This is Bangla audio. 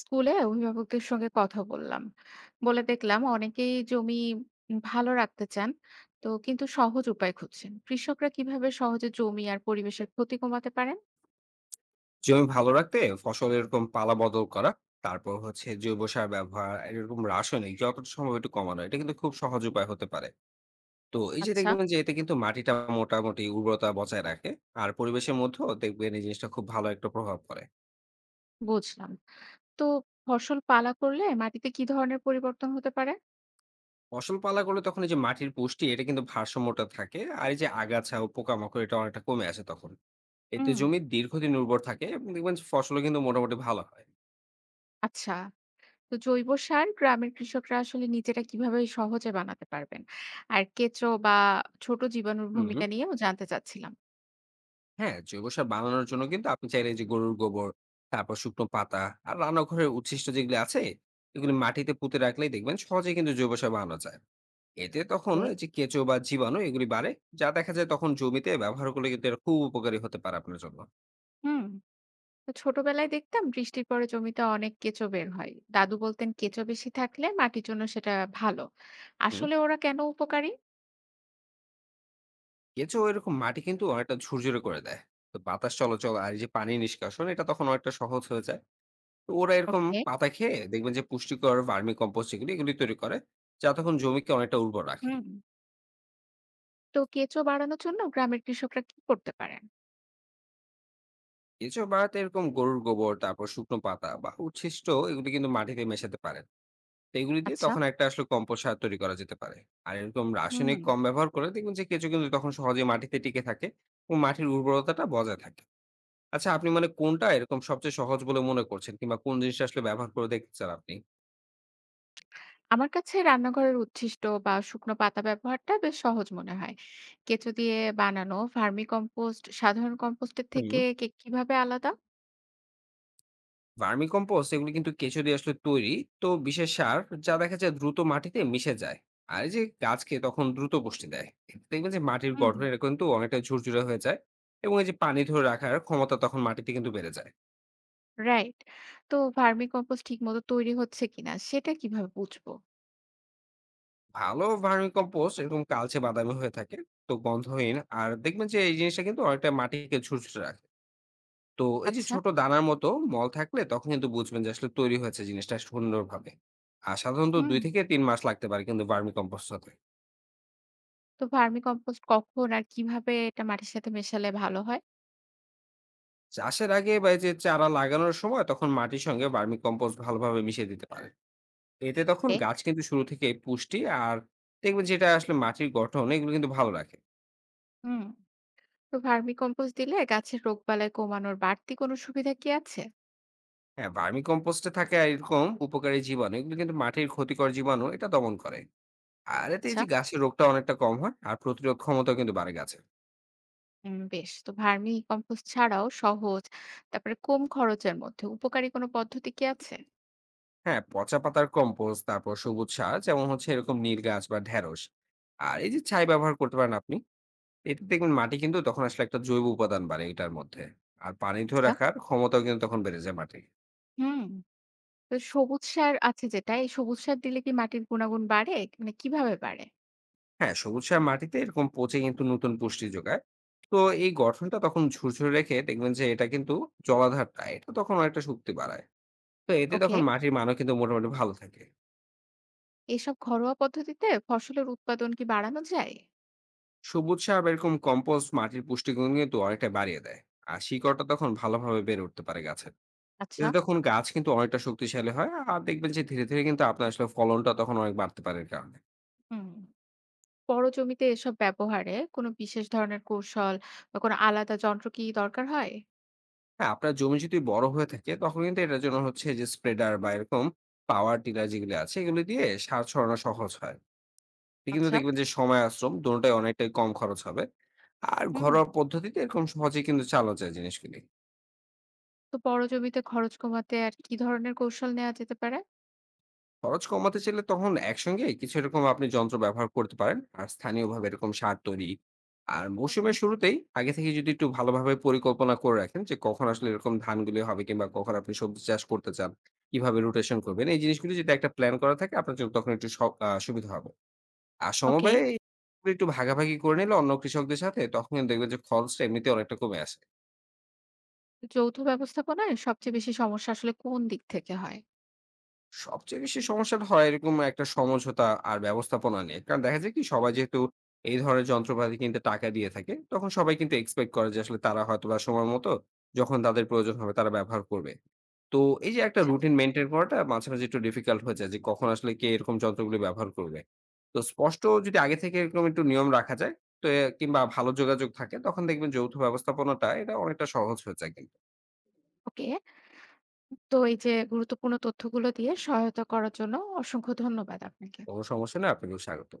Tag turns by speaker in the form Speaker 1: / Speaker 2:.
Speaker 1: স্কুলে অভিভাবকদের সঙ্গে কথা বললাম বলে দেখলাম অনেকেই জমি ভালো রাখতে চান। তো কিন্তু সহজ উপায় খুঁজছেন, কৃষকরা কিভাবে সহজে জমি আর পরিবেশের ক্ষতি কমাতে পারেন?
Speaker 2: জমি ভালো রাখতে ফসল এরকম পালা বদল করা, তারপর হচ্ছে জৈব সার ব্যবহার আর এরকম রাসায়নিক যতটা সম্ভব একটু কমানো, এটা কিন্তু খুব সহজ উপায় হতে পারে। তো এই যে
Speaker 1: আচ্ছা,
Speaker 2: দেখবেন যে এতে কিন্তু মাটিটা মোটামুটি উর্বরতা বজায় রাখে। আর পরিবেশের মধ্যেও দেখবেন এই জিনিসটা খুব ভালো একটা প্রভাব পড়ে।
Speaker 1: বুঝলাম। তো ফসল পালা করলে মাটিতে কি ধরনের পরিবর্তন হতে পারে?
Speaker 2: ফসল পালা করলে তখন এই যে মাটির পুষ্টি, এটা কিন্তু ভারসাম্যটা থাকে, আর এই যে আগাছা ও পোকামাকড়, এটা অনেকটা কমে আসে তখন। এতে
Speaker 1: হুম,
Speaker 2: জমি দীর্ঘদিন উর্বর থাকে এবং দেখবেন ফসলও কিন্তু মোটামুটি ভালো হয়।
Speaker 1: আচ্ছা। তো জৈব সার গ্রামের কৃষকরা আসলে নিজেরা কিভাবে সহজে বানাতে পারবেন? আর কেঁচো বা ছোট জীবাণুর
Speaker 2: হুম।
Speaker 1: ভূমিকা নিয়েও জানতে চাচ্ছিলাম।
Speaker 2: হ্যাঁ, জৈব সার বানানোর জন্য কিন্তু আপনি চাইলে যে গরুর গোবর, তারপর শুকনো পাতা, আর রান্নাঘরের উচ্ছিষ্ট যেগুলি আছে, এগুলি মাটিতে পুঁতে রাখলেই দেখবেন সহজেই কিন্তু জৈব সার বানানো যায়। এতে তখন
Speaker 1: ওকে।
Speaker 2: এই যে কেঁচো বা জীবাণু এগুলি বাড়ে, যা দেখা যায় তখন জমিতে ব্যবহার করলে কিন্তু এটা খুব উপকারী হতে পারে আপনার জন্য।
Speaker 1: হুম। ছোটবেলায় দেখতাম বৃষ্টির পরে জমিতে অনেক কেঁচো বের হয়, দাদু বলতেন কেঁচো বেশি থাকলে মাটির জন্য সেটা ভালো।
Speaker 2: হুম।
Speaker 1: আসলে ওরা কেন উপকারী?
Speaker 2: কেঁচো এরকম মাটি কিন্তু অনেকটা ঝুরঝুরে করে দেয়। তো বাতাস চলাচল আর এই যে পানি নিষ্কাশন, এটা তখন অনেকটা সহজ হয়ে যায়। তো ওরা এরকম
Speaker 1: ওকে।
Speaker 2: পাতা খেয়ে দেখবেন যে পুষ্টিকর ভার্মি কম্পোস্ট যেগুলি, এগুলি তৈরি করে, যা তখন জমিকে অনেকটা উর্বর রাখে।
Speaker 1: হুম। তো কেঁচো বাড়ানোর জন্য গ্রামের কৃষকরা কি করতে পারেন?
Speaker 2: কেঁচো বাড়াতে এরকম গরুর গোবর, তারপর শুকনো পাতা বা উচ্ছিষ্ট, এগুলি কিন্তু মাটিতে মেশাতে পারেন। তো এগুলি দিয়ে
Speaker 1: আচ্ছা।
Speaker 2: তখন একটা আসলে কম্পোস্ট সার তৈরি করা যেতে পারে। আর এরকম রাসায়নিক
Speaker 1: হুম।
Speaker 2: কম ব্যবহার করে দেখবেন যে কেঁচো কিন্তু তখন সহজে মাটিতে টিকে থাকে এবং মাটির উর্বরতাটা বজায় থাকে। আচ্ছা, আপনি মানে কোনটা এরকম সবচেয়ে সহজ বলে মনে করছেন, কিংবা কোন জিনিসটা আসলে ব্যবহার করে দেখতে চান আপনি?
Speaker 1: আমার কাছে রান্নাঘরের উচ্ছিষ্ট বা শুকনো পাতা ব্যবহারটা বেশ সহজ মনে হয়। কেঁচো দিয়ে বানানো ভার্মি কম্পোস্ট সাধারণ কম্পোস্টের
Speaker 2: হুম।
Speaker 1: থেকে কিভাবে আলাদা?
Speaker 2: ভার্মি কম্পোস্ট এগুলো কিন্তু কেঁচো দিয়ে আসলে তৈরি, তো বিশেষ সার, যা দেখা যায় দ্রুত মাটিতে মিশে যায়। আর এই যে গাছকে তখন দ্রুত পুষ্টি দেয়, এতে দেখবেন যে মাটির
Speaker 1: হুম।
Speaker 2: গঠন, এটা কিন্তু অনেকটা ঝুরঝুরে হয়ে যায়। এবং এই যে পানি ধরে রাখার ক্ষমতা তখন মাটিতে কিন্তু বেড়ে যায়।
Speaker 1: রাইট। তো ভার্মি কম্পোস্ট ঠিক মতো তৈরি হচ্ছে কিনা সেটা কিভাবে বুঝবো?
Speaker 2: ভালো ভার্মি কম্পোস্ট এরকম কালচে বাদামি হয়ে থাকে, তো গন্ধহীন, আর দেখবেন যে এই জিনিসটা কিন্তু অনেকটা মাটিকে ঝুরঝুরে রাখে। তো এই যে
Speaker 1: আচ্ছা।
Speaker 2: ছোট দানার মতো মল থাকলে, তখন কিন্তু বুঝবেন যে আসলে তৈরি হয়েছে জিনিসটা সুন্দরভাবে। আর সাধারণত
Speaker 1: হুম।
Speaker 2: 2 থেকে 3 মাস লাগতে পারে কিন্তু ভার্মি কম্পোস্ট হতে।
Speaker 1: তো ভার্মি কম্পোস্ট কখন আর কিভাবে এটা মাটির সাথে মেশালে ভালো হয়?
Speaker 2: চাষের আগে বা এই যে চারা লাগানোর সময় তখন মাটির সঙ্গে ভার্মি কম্পোস্ট ভালোভাবে মিশিয়ে দিতে পারে। এতে তখন
Speaker 1: এ
Speaker 2: গাছ কিন্তু শুরু থেকে পুষ্টি আর দেখবেন যেটা আসলে মাটির গঠন, এগুলো কিন্তু ভালো রাখে।
Speaker 1: হুম। তো ভার্মি কম্পোস্ট দিলে গাছের রোগবালাই কমানোর বাড়তি কোনো সুবিধা কি আছে?
Speaker 2: হ্যাঁ, ভার্মি কম্পোস্টে থাকে আর এরকম উপকারী জীবাণু, এগুলো কিন্তু মাটির ক্ষতিকর জীবাণু, এটা দমন করে। আর এতে এই
Speaker 1: আচ্ছা,
Speaker 2: যে গাছের রোগটা অনেকটা কম হয় আর প্রতিরোধ ক্ষমতাও কিন্তু বাড়ে গাছে।
Speaker 1: বেশ। তো ভার্মি কম্পোস্ট ছাড়াও সহজ, তারপরে কম খরচের মধ্যে উপকারী কোনো পদ্ধতি কি আছে?
Speaker 2: হ্যাঁ, পচা পাতার কম্পোস্ট, তারপর সবুজ সার, যেমন হচ্ছে এরকম নীল গাছ বা ঢেঁড়স, আর এই যে ছাই ব্যবহার করতে পারেন আপনি। এটা দেখবেন মাটি কিন্তু তখন আসলে একটা জৈব উপাদান বাড়ে এটার মধ্যে। আর পানি ধরে
Speaker 1: আচ্ছা,
Speaker 2: রাখার ক্ষমতাও কিন্তু তখন বেড়ে যায় মাটি।
Speaker 1: হুম। তো সবুজ সার আছে যেটা, এই সবুজ সার দিলে কি মাটির গুণাগুণ বাড়ে? মানে কিভাবে বাড়ে?
Speaker 2: হ্যাঁ, সবুজ সার মাটিতে এরকম পচে কিন্তু নতুন পুষ্টি যোগায়। তো এই গঠনটা তখন ঝুরঝুরে রেখে দেখবেন যে এটা কিন্তু জলাধারটা, এটা তখন একটা শক্তি বাড়ায়। তো এতে
Speaker 1: ওকে,
Speaker 2: তখন মাটির মানও কিন্তু মোটামুটি ভালো থাকে।
Speaker 1: এসব ঘরোয়া পদ্ধতিতে ফসলের উৎপাদন কি বাড়ানো যায়?
Speaker 2: সবুজ সার বা এরকম কম্পোস্ট মাটির পুষ্টিগুণ কিন্তু অনেকটা বাড়িয়ে দেয়। আর শিকড়টা তখন ভালোভাবে বেড়ে উঠতে পারে গাছের।
Speaker 1: আচ্ছা,
Speaker 2: এতে তখন গাছ কিন্তু অনেকটা শক্তিশালী হয়, আর দেখবেন যে ধীরে ধীরে কিন্তু আপনার আসলে ফলনটা তখন অনেক বাড়তে পারে এর কারণে।
Speaker 1: হুম। বড় জমিতে এসব ব্যবহারে কোনো বিশেষ ধরনের কৌশল বা কোনো আলাদা যন্ত্র কি দরকার হয়?
Speaker 2: হ্যাঁ, আপনার জমি যদি বড় হয়ে থাকে তখন কিন্তু এটার জন্য হচ্ছে যে স্প্রেডার বা এরকম পাওয়ার টিলার যেগুলো আছে, এগুলো দিয়ে সার ছড়ানো সহজ হয়। এতে কিন্তু
Speaker 1: আচ্ছা।
Speaker 2: দেখবেন যে সময় আর শ্রম দোনোটাই অনেকটাই কম খরচ হবে। আর
Speaker 1: হুম।
Speaker 2: ঘরোয়া পদ্ধতিতে এরকম সহজেই কিন্তু চালা যায় জিনিসগুলি।
Speaker 1: তো বড় জমিতে খরচ কমাতে আর কি ধরনের কৌশল নেওয়া যেতে পারে?
Speaker 2: খরচ কমাতে চাইলে তখন একসঙ্গে কিছু এরকম আপনি যন্ত্র ব্যবহার করতে পারেন আর স্থানীয়ভাবে এরকম সার তৈরি। আর
Speaker 1: হুম।
Speaker 2: মৌসুমের শুরুতেই আগে থেকে যদি একটু ভালোভাবে পরিকল্পনা করে রাখেন যে কখন আসলে এরকম ধানগুলি হবে কিংবা কখন আপনি সবজি চাষ করতে চান, কিভাবে রোটেশন করবেন, এই জিনিসগুলি যদি একটা প্ল্যান করা থাকে আপনার জন্য তখন একটু সুবিধা হবে। আর
Speaker 1: ওকে।
Speaker 2: সমবায়ে একটু ভাগাভাগি করে নিলে অন্য কৃষকদের সাথে তখন কিন্তু দেখবেন যে খরচটা এমনিতে অনেকটা কমে আসে।
Speaker 1: যৌথ ব্যবস্থাপনায় সবচেয়ে বেশি সমস্যা আসলে কোন দিক থেকে হয়?
Speaker 2: সবচেয়ে বেশি সমস্যাটা হয় এরকম একটা সমঝোতা আর ব্যবস্থাপনা নিয়ে। কারণ দেখা যায় কি সবাই যেহেতু এই ধরনের যন্ত্রপাতি কিনতে টাকা দিয়ে থাকে, তখন সবাই কিন্তু এক্সপেক্ট করে যে আসলে তারা হয়তোবা সময় মতো যখন তাদের প্রয়োজন হবে তারা ব্যবহার করবে। তো এই যে একটা
Speaker 1: আচ্ছা।
Speaker 2: রুটিন মেইনটেইন করাটা মাঝে, মাঝে একটু ডিফিকাল্ট হয়ে যায় যে কখন আসলে কে এরকম যন্ত্রগুলো ব্যবহার করবে। তো স্পষ্ট যদি আগে থেকে এরকম একটু নিয়ম রাখা যায়, তো এ কিংবা ভালো যোগাযোগ থাকে, তখন দেখবেন যৌথ ব্যবস্থাপনাটা এটা অনেকটা সহজ হয়ে যায় কিন্তু।
Speaker 1: ওকে। তো এই যে গুরুত্বপূর্ণ তথ্যগুলো দিয়ে সহায়তা করার জন্য অসংখ্য ধন্যবাদ আপনাকে।
Speaker 2: কোনো সমস্যা না, আপনাকেও স্বাগত।